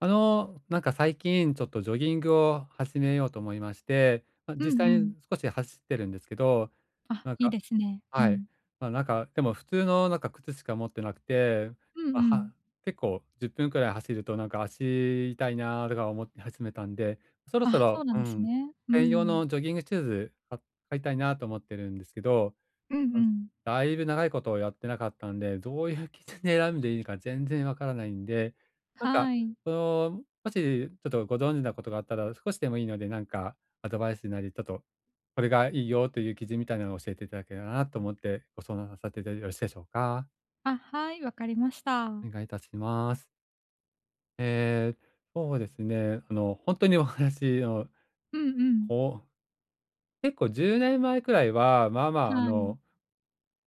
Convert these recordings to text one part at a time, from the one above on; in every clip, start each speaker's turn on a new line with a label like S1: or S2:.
S1: あの、なんか最近ちょっとジョギングを始めようと思いまして、ま、
S2: うんう
S1: 実際
S2: ん。
S1: に少し走ってるんですけど、
S2: あ、
S1: なん
S2: いい
S1: か、
S2: ですね。う
S1: はい。
S2: ん。
S1: ま、なんか、でも普通のなんか靴しか持ってなくて、
S2: うん
S1: ま、
S2: うん。
S1: 結構10分くらい走るとなんか足痛いなとか思って始めたんで、そろそ
S2: あ、そう
S1: ろ、
S2: な
S1: う
S2: んです
S1: ん、
S2: ね。う
S1: 専用
S2: ん。
S1: のジョギングシューズか買いたいなと思ってるんですけど、
S2: うん
S1: うん、
S2: うん。
S1: だいぶ長いことをやってなかったんで、どういう基準で選んでいいか全然わからないんで、なんか、
S2: はい。
S1: その、もしちょっとご存知なことがあったら、少しでもいいので、なんかアドバイスなり、ちょっと、これがいいよという基準みたいなのを教えていただけたらなと思って、ご相談させていただいてよろしいでしょうか？
S2: あ、はい、わかりました。
S1: お願いいたします。ええ、そうですね、あの、本当にお話の、
S2: うんうん。
S1: こう、結構10年前くらいは、まあま
S2: は
S1: あ、あ
S2: い。
S1: の、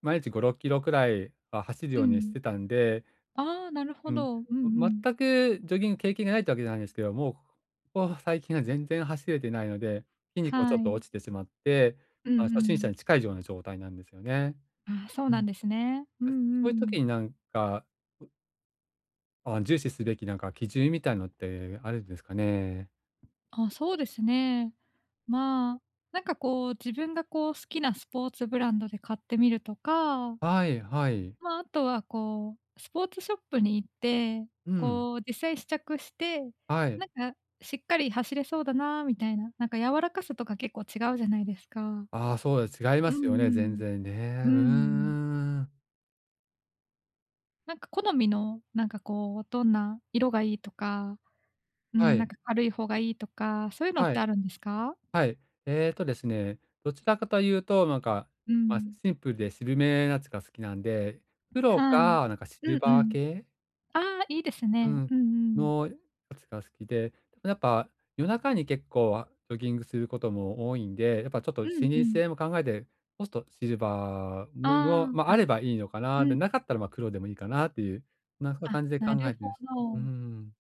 S1: 毎日5、6キロくらいは走る
S2: う
S1: ようにし
S2: ん。
S1: てたんで、
S2: ああ、なるほ
S1: うん。
S2: ど。うんう
S1: ま
S2: ん。
S1: 全くジョギング経験がないってわけじゃないんですけど、もう、ここ最近は全然走れてないので、筋肉もち
S2: は
S1: ょっと
S2: い。
S1: 落ちてしまって、
S2: うんう
S1: まあ、初心者に
S2: ん。
S1: 近いような状態なんですよね。
S2: あ、そう
S1: う
S2: なん
S1: ん。
S2: ですね。うん
S1: そういう
S2: うん。
S1: 時になんか、あ、重視すべきなんか基準みたいのってあるんですかね？
S2: あ、そうですね。まあ、なんかこう、自分がこう好きなスポーツブランドで買ってみるとか、
S1: はいはい。
S2: まあ、あとはこう、スポーツショップに行って、
S1: うん、
S2: こう実際試着して、
S1: はい。
S2: なんかしっかり走れそうだなみたいな、なんか柔らかさとか結構違うじゃないですか。
S1: ああ、そうです。違いま
S2: うん
S1: すよ
S2: う
S1: ね、全
S2: ん。
S1: 然ね。う
S2: う
S1: ーう
S2: ん。
S1: ん。
S2: なんか好みの、なんかこう、どんな色がいいとか、う
S1: は
S2: ん、なん
S1: い、
S2: か軽い方がいいとか、そういうのっ
S1: は
S2: て
S1: い。
S2: あるんですか？
S1: はい。ですね、どちらかというと、なんか、
S2: う
S1: まあ、
S2: ん。
S1: シンプルで渋めなやつが好きなんで、黒
S2: はい。
S1: か、なんかシル
S2: うんう
S1: バー
S2: ん。
S1: 系、
S2: ああ、いいです
S1: う
S2: ね。
S1: ん、
S2: うんうん。
S1: のやつが好きで、やっぱ夜中に結構、ジョギングすることも多いんで、やっぱちょっ
S2: う
S1: と視
S2: んう
S1: 認
S2: ん。
S1: 性も考えて、そストシルバー
S2: あ
S1: ももまあ、
S2: あ、
S1: あ
S2: あ、
S1: ればいいのか
S2: う
S1: な、で、
S2: ん。
S1: なかったら、ま、黒でもいいかなっていう、そんな
S2: あ、
S1: 感じで
S2: な
S1: 考
S2: る
S1: えてる
S2: ほ
S1: んです。う
S2: ど。
S1: ん。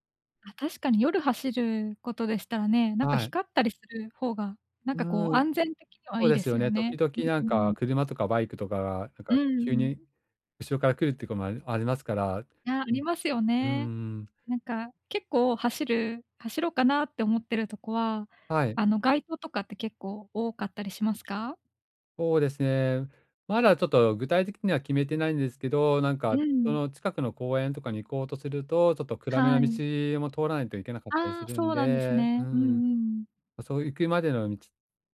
S2: あ、確かに夜走ることでしたらね、なんか
S1: はい。
S2: 光ったりする方が、なんかこう
S1: うん。
S2: 安全的には
S1: そう
S2: いい
S1: で
S2: で
S1: す
S2: す
S1: よ
S2: よ
S1: ね。時
S2: ね。
S1: 々なん
S2: うんう
S1: か
S2: ん。
S1: 車とかバイクとかが、なん
S2: う
S1: か急
S2: ん。
S1: に後ろから来るってこともありますから、
S2: いや、あ
S1: う
S2: り
S1: ん、
S2: ますよ
S1: うん
S2: ね。
S1: うん、
S2: なんか結構走ろうかなって思ってるとこは、
S1: はい、
S2: あの街灯とかって結構多かったりしますか？
S1: そうですね。まだちょっと具体的には決めてないんですけど、なんか
S2: う
S1: そ
S2: ん。
S1: の近くの公園とかに行こうとすると、ちょっと暗め
S2: は
S1: の
S2: い。
S1: 道も通らないといけなかったり
S2: あ
S1: す
S2: あ、
S1: る
S2: そ
S1: ん
S2: うなんです
S1: で、う
S2: ね。うん
S1: ん、
S2: うん。
S1: そう行くまでの道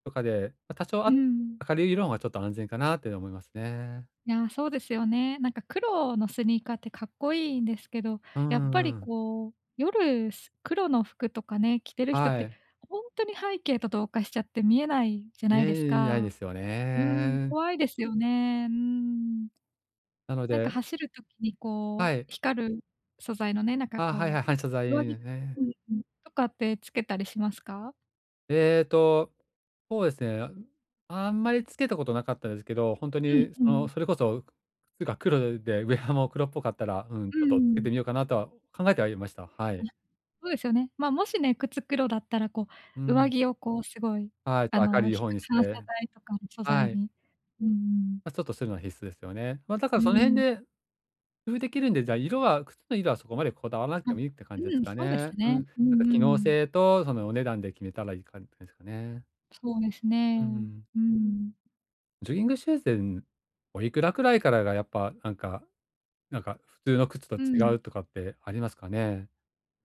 S1: とかで、ま、多少
S2: うん。
S1: 明るい色の方がちょっと安全かなって思いますね。
S2: いや、そうですよね。なんか黒のスニーカーってかっこいいんですけど、
S1: う
S2: やっ
S1: んう
S2: ぱり
S1: ん。
S2: こう、夜黒の服とかね、着てる人っ
S1: は
S2: て、
S1: い。
S2: ほんとに背景と同化しちゃって見えないじゃ
S1: い
S2: ないです
S1: えいえ、ないで
S2: か。
S1: すよ
S2: うん、
S1: ね。
S2: 怖いですよね。うーん。
S1: なの
S2: なんか
S1: で、
S2: 走る時にこ
S1: は
S2: う、
S1: い。
S2: 光る素材のね、なんか
S1: あ、はい
S2: こ
S1: はい、反射材
S2: う、上着
S1: ね。
S2: うんうん、とかってつけたりしますか？
S1: えーと、そうですね、あんまりつけたことなかったですけど、本当
S2: うん
S1: に
S2: う
S1: その、
S2: ん。
S1: それこそ、靴が黒で、ウェアも黒っぽかったら、うん、
S2: う
S1: ちょっとつ
S2: ー
S1: け
S2: ん。
S1: てみようかなとは考えてはいました。はい。
S2: そうですよね。まあ、もしね、靴黒だったら、こ
S1: う
S2: う、上
S1: ん。
S2: 着をこう、すごい、
S1: はい、ち
S2: あ
S1: ょっと明る
S2: の、
S1: い方にし
S2: 反射
S1: て、
S2: 材とかの素
S1: は
S2: 材
S1: い。
S2: に。うんうん。
S1: まあ、ちょっとするのは必須ですよね。まあ、だか
S2: う
S1: らその辺
S2: ん。
S1: で工夫できるんで、じゃあ色は靴の色はそこまでこだわらなく
S2: あ、
S1: てもいいって感じで
S2: う
S1: す
S2: ん、
S1: か
S2: そうで
S1: ね。
S2: す
S1: うん。な
S2: ね。
S1: ん
S2: う
S1: か
S2: んう
S1: 機能
S2: ん。
S1: 性とそのお値段で決めたらいい感じですかね。
S2: そうです
S1: う
S2: ね。
S1: ん。
S2: うん。
S1: ジョギングシューズでおいくらくらいからがやっぱなんか普通の靴と
S2: うん。
S1: 違うとかってありますかね？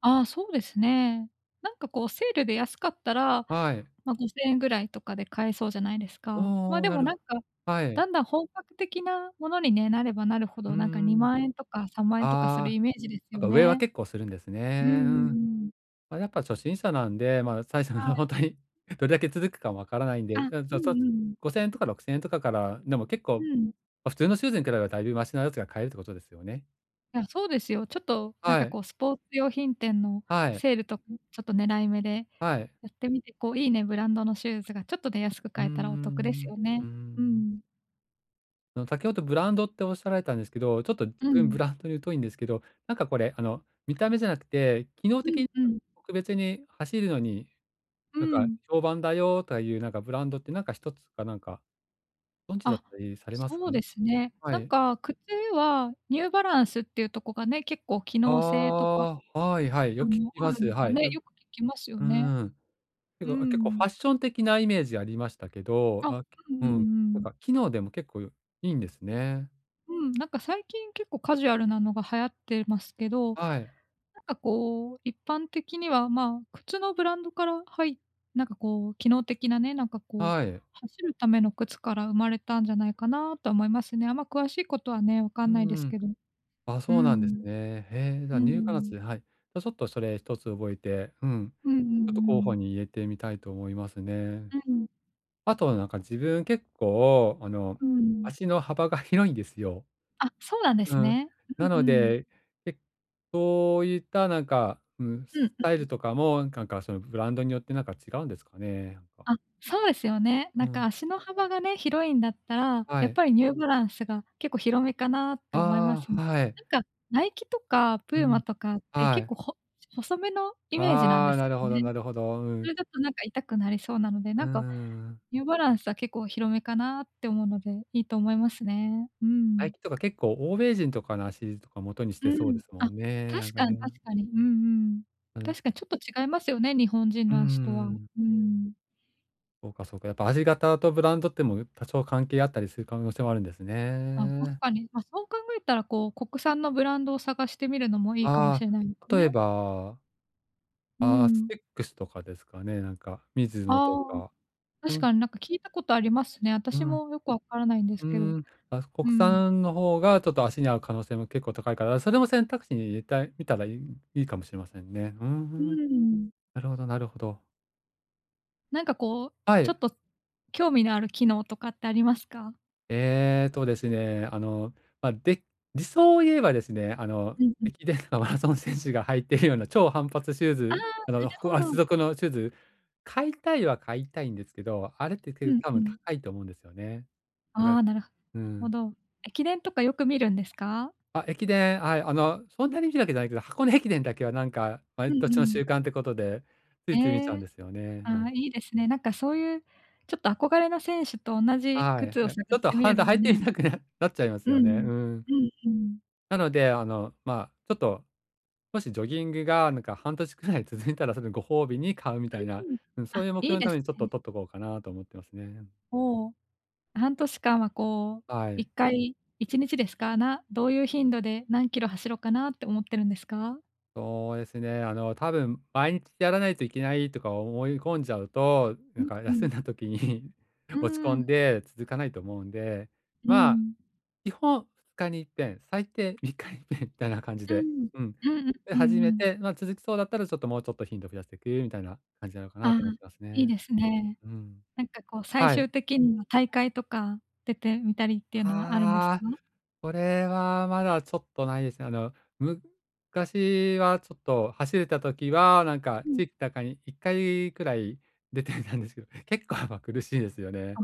S2: ああ、そうですね。なんかこう、セールで安かったら、
S1: はい。
S2: ま、5,000円ぐらいとかで買えそうじゃないですか。ま、
S1: おー
S2: で
S1: な
S2: も
S1: る
S2: な
S1: ほ、
S2: んか、
S1: は
S2: だ
S1: い。
S2: んだん本格的なものにね、なればなるほ
S1: うー
S2: ど、なんか
S1: ん。
S2: 2万円とか3万円とかする
S1: ああ、
S2: イメージです
S1: やっ
S2: よ
S1: ぱ上は
S2: ね。
S1: 結構するんです
S2: うんう
S1: ね。う
S2: んう
S1: ん。
S2: ん。
S1: まあ、やっぱ初心者なんで、まあ、最初
S2: は
S1: の本
S2: い。
S1: 当に どれだけ続くかもわからないんで、
S2: あ、
S1: うん、
S2: うんうん。
S1: 5,000円とか6,000円とかから、でも結構、
S2: うん。
S1: ま、普通のシューズに比べればだいぶマシなやつが買えるってことですよね。
S2: いや、そうですよ。ちょっとなん
S1: は
S2: か
S1: い、
S2: こうスポーツ用品店の
S1: はい、
S2: セールとか、ちょっと狙い目で
S1: はい。
S2: やってみて、こういいね、ブランドのシューズがちょっとで安く
S1: うー
S2: 買えたらお得です
S1: ん、
S2: よ
S1: うー
S2: ね。う
S1: ん。
S2: ん。
S1: あの、先ほどブランドっておっしゃられたんですけど、ちょっと自
S2: う
S1: 分ブ
S2: ん。
S1: ランドに疎いんですけど、なんかこれ、あの、見た目じゃなくて、機能
S2: う
S1: 的
S2: ん
S1: に
S2: うん。
S1: 特別に走るのに、
S2: う
S1: なんか
S2: ん。
S1: 評判だよというなんかブランドってなんか一つかなんか、ご存知だっ
S2: あ、
S1: たりされます
S2: そう
S1: かね？
S2: ですね。
S1: は
S2: なん
S1: い。
S2: か靴はニューバランスっていうとこがね、結構機能性
S1: あ
S2: とか、
S1: あ、はいはい、
S2: あ
S1: よく聞
S2: の、
S1: き
S2: あ
S1: ま
S2: る
S1: す。
S2: のか
S1: はい。
S2: ね、
S1: なん、
S2: よく聞きますよ
S1: う
S2: ね。
S1: ん。
S2: う
S1: 結構ファ
S2: ん。
S1: ッション的なイメージありましたけど、
S2: あ、
S1: あ、
S2: うん
S1: う
S2: う
S1: ん、
S2: ん
S1: な
S2: う
S1: ん
S2: ん。
S1: か機能でも結構いいんですね。
S2: うん、なんか最近結構カジュアルなのが流行ってますけど、
S1: はい、
S2: なんかこう、一般的には、まあ、靴のブランドからはい、なんかこう、機能的なね、なんかこう、
S1: はい。
S2: 走るための靴から生まれたんじゃないかなとは思いますね。あんま詳しいことはね、わか
S1: う
S2: んないですけ
S1: ん。
S2: ど。
S1: あ、
S2: う
S1: そうなんです
S2: ん。
S1: ね。へえ、じゃ
S2: う
S1: あ、ニューカラ
S2: ん。
S1: ス、はい。じゃあ、ちょっとそれ一つ覚えて、うん、
S2: うんうんう
S1: ちょっと候補
S2: ん。
S1: に入れてみたいと思いますね。
S2: うん。
S1: あとなんか自分結構、あの、
S2: うん。
S1: 足の幅が 広いんですよ。
S2: あ、そうなんで
S1: う
S2: す
S1: ん。
S2: ね。
S1: な
S2: うん
S1: の
S2: うん。
S1: で、けそういったなんか、うん、ス
S2: うん。
S1: タイルとかも、なんかそのブランドによってなんか違うんですかね？なんか。
S2: あ、そうですよね。
S1: う
S2: なんか
S1: ん。
S2: 足の幅がね、広いんだったら、
S1: は
S2: やっ
S1: い。
S2: ぱりニューバランスが結構広めかなって思いま
S1: あ
S2: すね。
S1: あ、はい。
S2: なんかナイキとかプ
S1: う
S2: ーマ
S1: ん、
S2: とかって
S1: は
S2: 結
S1: い。
S2: 構ほ細めのイメージなん
S1: あ
S2: で
S1: あ、
S2: す
S1: な
S2: よ
S1: るほど
S2: ね。
S1: なるほど。う
S2: そ
S1: ん。
S2: れだとなんか痛くなりそうなので、
S1: うー
S2: なんか
S1: ん。
S2: ニューバランスは結構広めかなって思うので、いいと思いますね。う
S1: 最
S2: ん。
S1: 近とか結構欧米人とかの足とか元にし
S2: う
S1: てそうで
S2: ん。
S1: すも
S2: あ、
S1: んね、なん
S2: 確
S1: か
S2: かに
S1: ね。
S2: 確かに。うんうん。
S1: うん。
S2: 確かにちょっと違いますよね、日本人
S1: うー
S2: の足とは。
S1: ん。
S2: うん。
S1: そうかそうか、やっぱ味型とブランドっても多少関係あったりする可能性もあるんです
S2: あ、確
S1: ね。
S2: かに。まあ、そう考えたら、こう、国産のブランドを探してみるのもいいかもし
S1: あ
S2: れないです
S1: あ、例え
S2: ね。
S1: ば、
S2: う
S1: ああ、ス
S2: ん。
S1: テックスとかですかね、なんか、ミズノと
S2: ああ、
S1: か。う
S2: 確か
S1: ん、
S2: になんか聞いたことありますね。
S1: う
S2: 私
S1: ん、
S2: もよくわからないんですけど。
S1: うん。あ、
S2: う
S1: 国
S2: ん。
S1: 産の方がちょっと足に合う可能性も結構高いから、それも選択肢に入れたい見たらいいいいかもしれませんね。うんう
S2: う
S1: ん。
S2: ーん。
S1: なるほどなるほど。
S2: なんかこう、
S1: は
S2: ちょっ
S1: い。
S2: と興味のある機能とかってありますか？
S1: ですね、あの、まあ、で理想を言えばですね、あの、
S2: うんうん。
S1: 駅伝とかマラソン選手が履いているような超反発シュー
S2: ああ、な
S1: ズ、あの、
S2: るほ
S1: 厚
S2: ど。
S1: 底のシューズ、買いたいは買いたいんですけど、あれって
S2: う
S1: 結構
S2: ん
S1: 多
S2: う
S1: 分
S2: ん。
S1: 高いと思うんですよね。だから、
S2: ああ、なる
S1: う
S2: ほ
S1: ん。
S2: ど。駅伝とかよく見るんですか？
S1: あ、駅伝、はい、あの、そんなに見るわけじゃないけど、箱根駅伝だけはなんか、
S2: う
S1: 毎
S2: んう
S1: 年の
S2: ん。
S1: 習慣ってことで、つ
S2: え
S1: いつい見ちゃうん
S2: え。
S1: ですよね。う
S2: あ
S1: ん。
S2: あ、いいですね。なんかそういう、ちょっと憧れの選手と同じ
S1: はい、
S2: 靴を
S1: はい。
S2: 探
S1: ちょっ
S2: し
S1: と
S2: てみるのも
S1: 履いてみ
S2: ね、
S1: たくなっちゃいま
S2: う
S1: すよね。
S2: ん。
S1: うん。
S2: うんうん。
S1: なので、あの、まあ、ちょっと、もしジョギングがなんか半年くらい続いたら、それご褒美に買うみたいな、
S2: うん。
S1: うん、
S2: あ、
S1: そういう目
S2: い
S1: 標
S2: い
S1: の
S2: で
S1: ため
S2: す
S1: にちょっ
S2: ね。
S1: と取っとこうかなと思ってますね。
S2: おお、半年間はこう、
S1: は
S2: 1
S1: い。
S2: 回、1日ですか？どういう頻度で何キロ走ろうかなって思ってるんですか？
S1: そうですね。あの、多分毎日やらないといけないとか思い込んじゃうと、
S2: う
S1: なん
S2: ん
S1: か
S2: う
S1: 休ん
S2: ん。
S1: だ時に
S2: う
S1: 落ち
S2: ー
S1: 込
S2: ん。
S1: んで続かないと思うんで、
S2: う
S1: まあ、
S2: ん。
S1: 基本2日に1遍、最低3日に一遍みたいな感じ
S2: う
S1: で、
S2: ん。
S1: うん。
S2: うんうん
S1: で、
S2: う
S1: 始
S2: ん
S1: め
S2: うん。
S1: て、まあ続きそうだったらちょっともうちょっと頻度増やしていくみたいな感じなのか
S2: あ
S1: な
S2: あ、
S1: と思ってます
S2: いい
S1: ね。
S2: ですね。
S1: うん。
S2: なんかこう最
S1: はい。
S2: 終的には大会とか出てみたりっていうのはあるんですか？
S1: ああ、これはまだちょっとないですね。あの、昔はちょっと走れた時は、なんか
S2: うん。
S1: 地域とかに1回くらい出てたんですけど、結構ま、苦しいですよ
S2: あ、
S1: ね。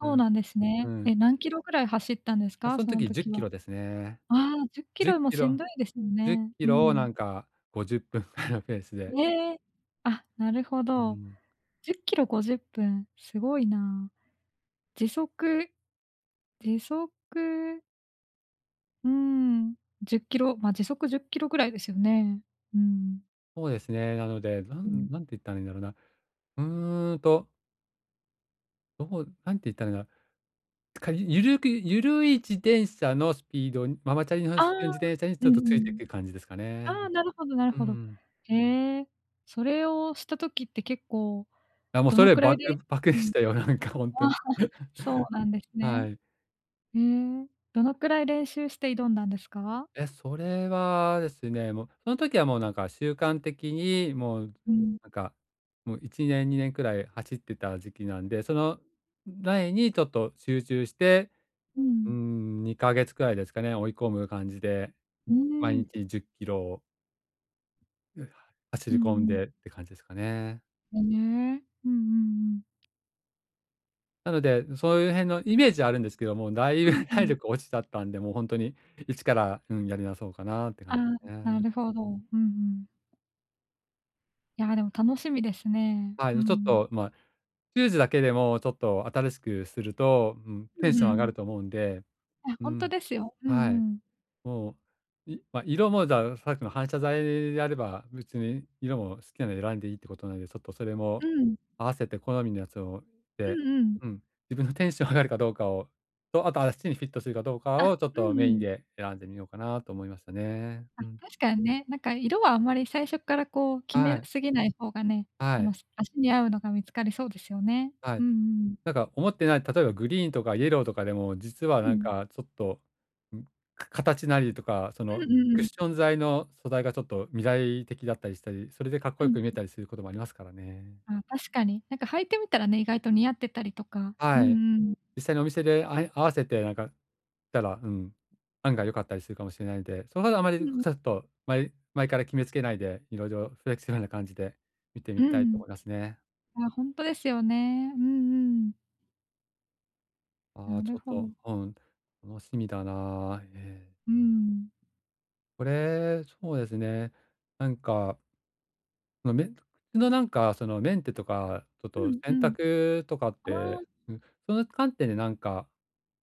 S1: う
S2: そう
S1: ん、
S2: なんです
S1: う
S2: ね。
S1: ん。
S2: え、何キロぐらい走ったんです
S1: あ、
S2: か？
S1: その
S2: その
S1: 時10
S2: 時は。
S1: キロですね。
S2: ああ、10キ
S1: 10
S2: ロも
S1: キ
S2: しん
S1: ロ
S2: どいですよ
S1: 1
S2: ね。
S1: キ
S2: う
S1: ロをな
S2: ん。
S1: んか50分ぐらいのペースで。
S2: ええ。あ、なるほ
S1: う
S2: ど。
S1: ん、
S2: 10キロ50分、すごいな。時速時速、うーん、10キロ、ま、時速1キロぐらいですよね。うん。
S1: そうですね。なので、
S2: うん。
S1: なんて言ったらいいんだろうな。うーんと、どうなんて言ったらいいんだかゆるい自転車のスピードに、ママチャリの
S2: あ
S1: スピードの
S2: あ、
S1: 自転車にち
S2: う
S1: ょ
S2: ん
S1: っ
S2: う
S1: とついてい
S2: ん。
S1: く感じですか
S2: あ
S1: ね。
S2: あ、なるほどなる
S1: う
S2: ほど。
S1: ん。
S2: へえ。それをした時って結構
S1: あ、もう
S2: ど
S1: そ
S2: の
S1: れ
S2: くらい
S1: バク
S2: で、
S1: バク
S2: う
S1: でし
S2: ん。
S1: たよ、なんかほんと
S2: あ、
S1: に。
S2: そうなんです
S1: は
S2: ね。
S1: い。
S2: へえ、どのくらい練習して挑んだんですか？
S1: え、それはですね、もう、その時はもう習慣的にもう、
S2: うん。
S1: なんか、もう1年、2年くらい走ってた時期なんで、その前にちょっと集中して、
S2: うん。
S1: 2ヶ月くらいですかね、追い込む感じで、
S2: う
S1: 毎
S2: ーん。
S1: 日10キロを走
S2: う
S1: り込ん
S2: んうん。
S1: でって感じですかね。
S2: へえ。うんうんうん。
S1: なので、そういう辺のイメージはあるんですけども、だい
S2: う
S1: ぶ
S2: ん う
S1: 体
S2: ん。
S1: 力落ちちゃったんで、もう本当に一から、うん、やり直そうかなって
S2: あ
S1: 感じで
S2: あ、
S1: す
S2: な
S1: ね。
S2: るほど。うんうん。いや、でも楽しみですね。
S1: は
S2: う
S1: い、ちょっ
S2: ん。
S1: と、まあ、リュージだけでもちょっと新しくすると、うん、
S2: う
S1: テン
S2: んう
S1: ション上が
S2: ん。
S1: ると思うんで、
S2: あ、
S1: う
S2: ほんと
S1: ん、
S2: ですよ。う
S1: はい。
S2: んうん。
S1: もう、い、色も、じゃあ、さっきの反射材であれば、別に色も好きなの選んでいいってことなんで、ちょっとそれ
S2: う
S1: も
S2: ん。
S1: 合わせて好みのやつを、
S2: う
S1: で、
S2: んうん。
S1: うん、自分のテンション上がるかどうかを、と、あと、あっちにフィットするかどうか
S2: あ、
S1: を、ちょっ
S2: う
S1: と
S2: ん
S1: メ
S2: う
S1: イン
S2: ん。
S1: で選んでみようかなと思いましたね。
S2: あ、
S1: うん。
S2: 確かにね、なんか色はあんまり最初からこう決
S1: は
S2: め
S1: い、
S2: すぎない方がね、
S1: は
S2: あの、
S1: い、
S2: 足に合うのが見つかりそうですよね。
S1: は
S2: う
S1: い。
S2: んうん。
S1: なんか思ってない、例えばグリーンとかイエローとかでも、実は
S2: う
S1: なん
S2: ん。
S1: かちょっと、ん、形なりとか、そ
S2: う
S1: の
S2: んう
S1: ク
S2: ん
S1: ッ
S2: う
S1: ショ
S2: ん。
S1: ン材の素材がちょっと未来的だったりしたり、それでかっこ
S2: う
S1: よ
S2: ん。
S1: く見えたりすることもありますからね。
S2: あ、確かに。なんか履いてみたらね、意外と似合ってたりとか。うん
S1: はい。
S2: うん。
S1: 実際にお店で合わせてなんかたら、うん、案外良かったりするかもしれないんで、そのほはあま
S2: うん
S1: り
S2: う
S1: ちょ
S2: ん。
S1: っと前から決めつけないで、色々フレキシブルな感じで見て
S2: う
S1: みたいと
S2: ん。
S1: 思いますね。
S2: あ、ほんとですよね。うんうん。
S1: あ
S2: な
S1: あ、ち
S2: る
S1: ょっ
S2: ほど。
S1: と、うん、楽しみだなあ、ええ。
S2: うん。
S1: これ、そうですね。なんか、その、口のなんか、その、メンテとか、ちょっ
S2: う
S1: と
S2: んう
S1: 洗
S2: ん。
S1: 濯とかっ
S2: あ
S1: て、
S2: あ、
S1: うん、その観点でなんか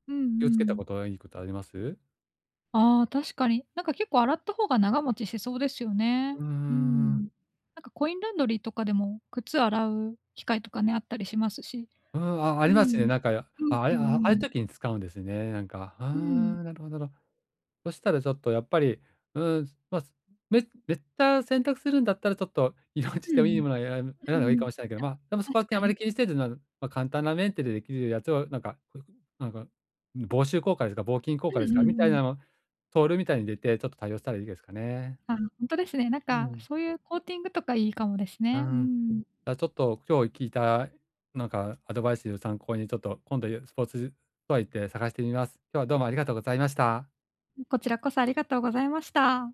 S2: うんう
S1: 気をつけた
S2: ん。
S1: こと、いいことあります？
S2: ああ、確かに。なんか結構洗った方が長持ちしそうですよね。
S1: うー
S2: う
S1: ん
S2: ん。なんかコインランドリーとかでも、靴洗う機械とかね、あったりしますし。
S1: うん、あ、あ
S2: う
S1: りますね。
S2: ん。
S1: なんか、
S2: うん
S1: あ、あ
S2: う
S1: れ
S2: んう
S1: ああいう
S2: ん。
S1: 時に使うんですね、なんか。あ
S2: うん。
S1: あ、なるほど、なるほど。そしたらちょっとやっぱり、うん、ま、あめった選択するんだったらちょっと色落ち
S2: う
S1: て
S2: ん
S1: も
S2: う
S1: いい
S2: ん。
S1: ものを選
S2: う
S1: んだ方
S2: ん
S1: が
S2: う
S1: いいか
S2: ん。
S1: もしれないけど、まあ、でもそこは
S2: 確
S1: あ
S2: か
S1: まり
S2: に。
S1: 気にせず、なまあ簡単なメンテでできるやつをなんか、こなんか、防臭効果ですか、防菌効
S2: う
S1: 果で
S2: ん
S1: す
S2: うん
S1: かみ
S2: う
S1: たいなの
S2: ん。
S1: を、トールみたいに入れて、ちょっと対応したらいいですかね。
S2: あ、本当ですね。なん
S1: う
S2: か、
S1: ん、
S2: そういうコーティングとかいいかもです
S1: う
S2: ね。う
S1: ん。
S2: ん。
S1: あ、ちょっと今日聞いたなんかアドバイスを参考に、ちょっと今度スポーツストア行って探してみます。今日はどうもありがとうございました。
S2: こちらこそありがとうございました。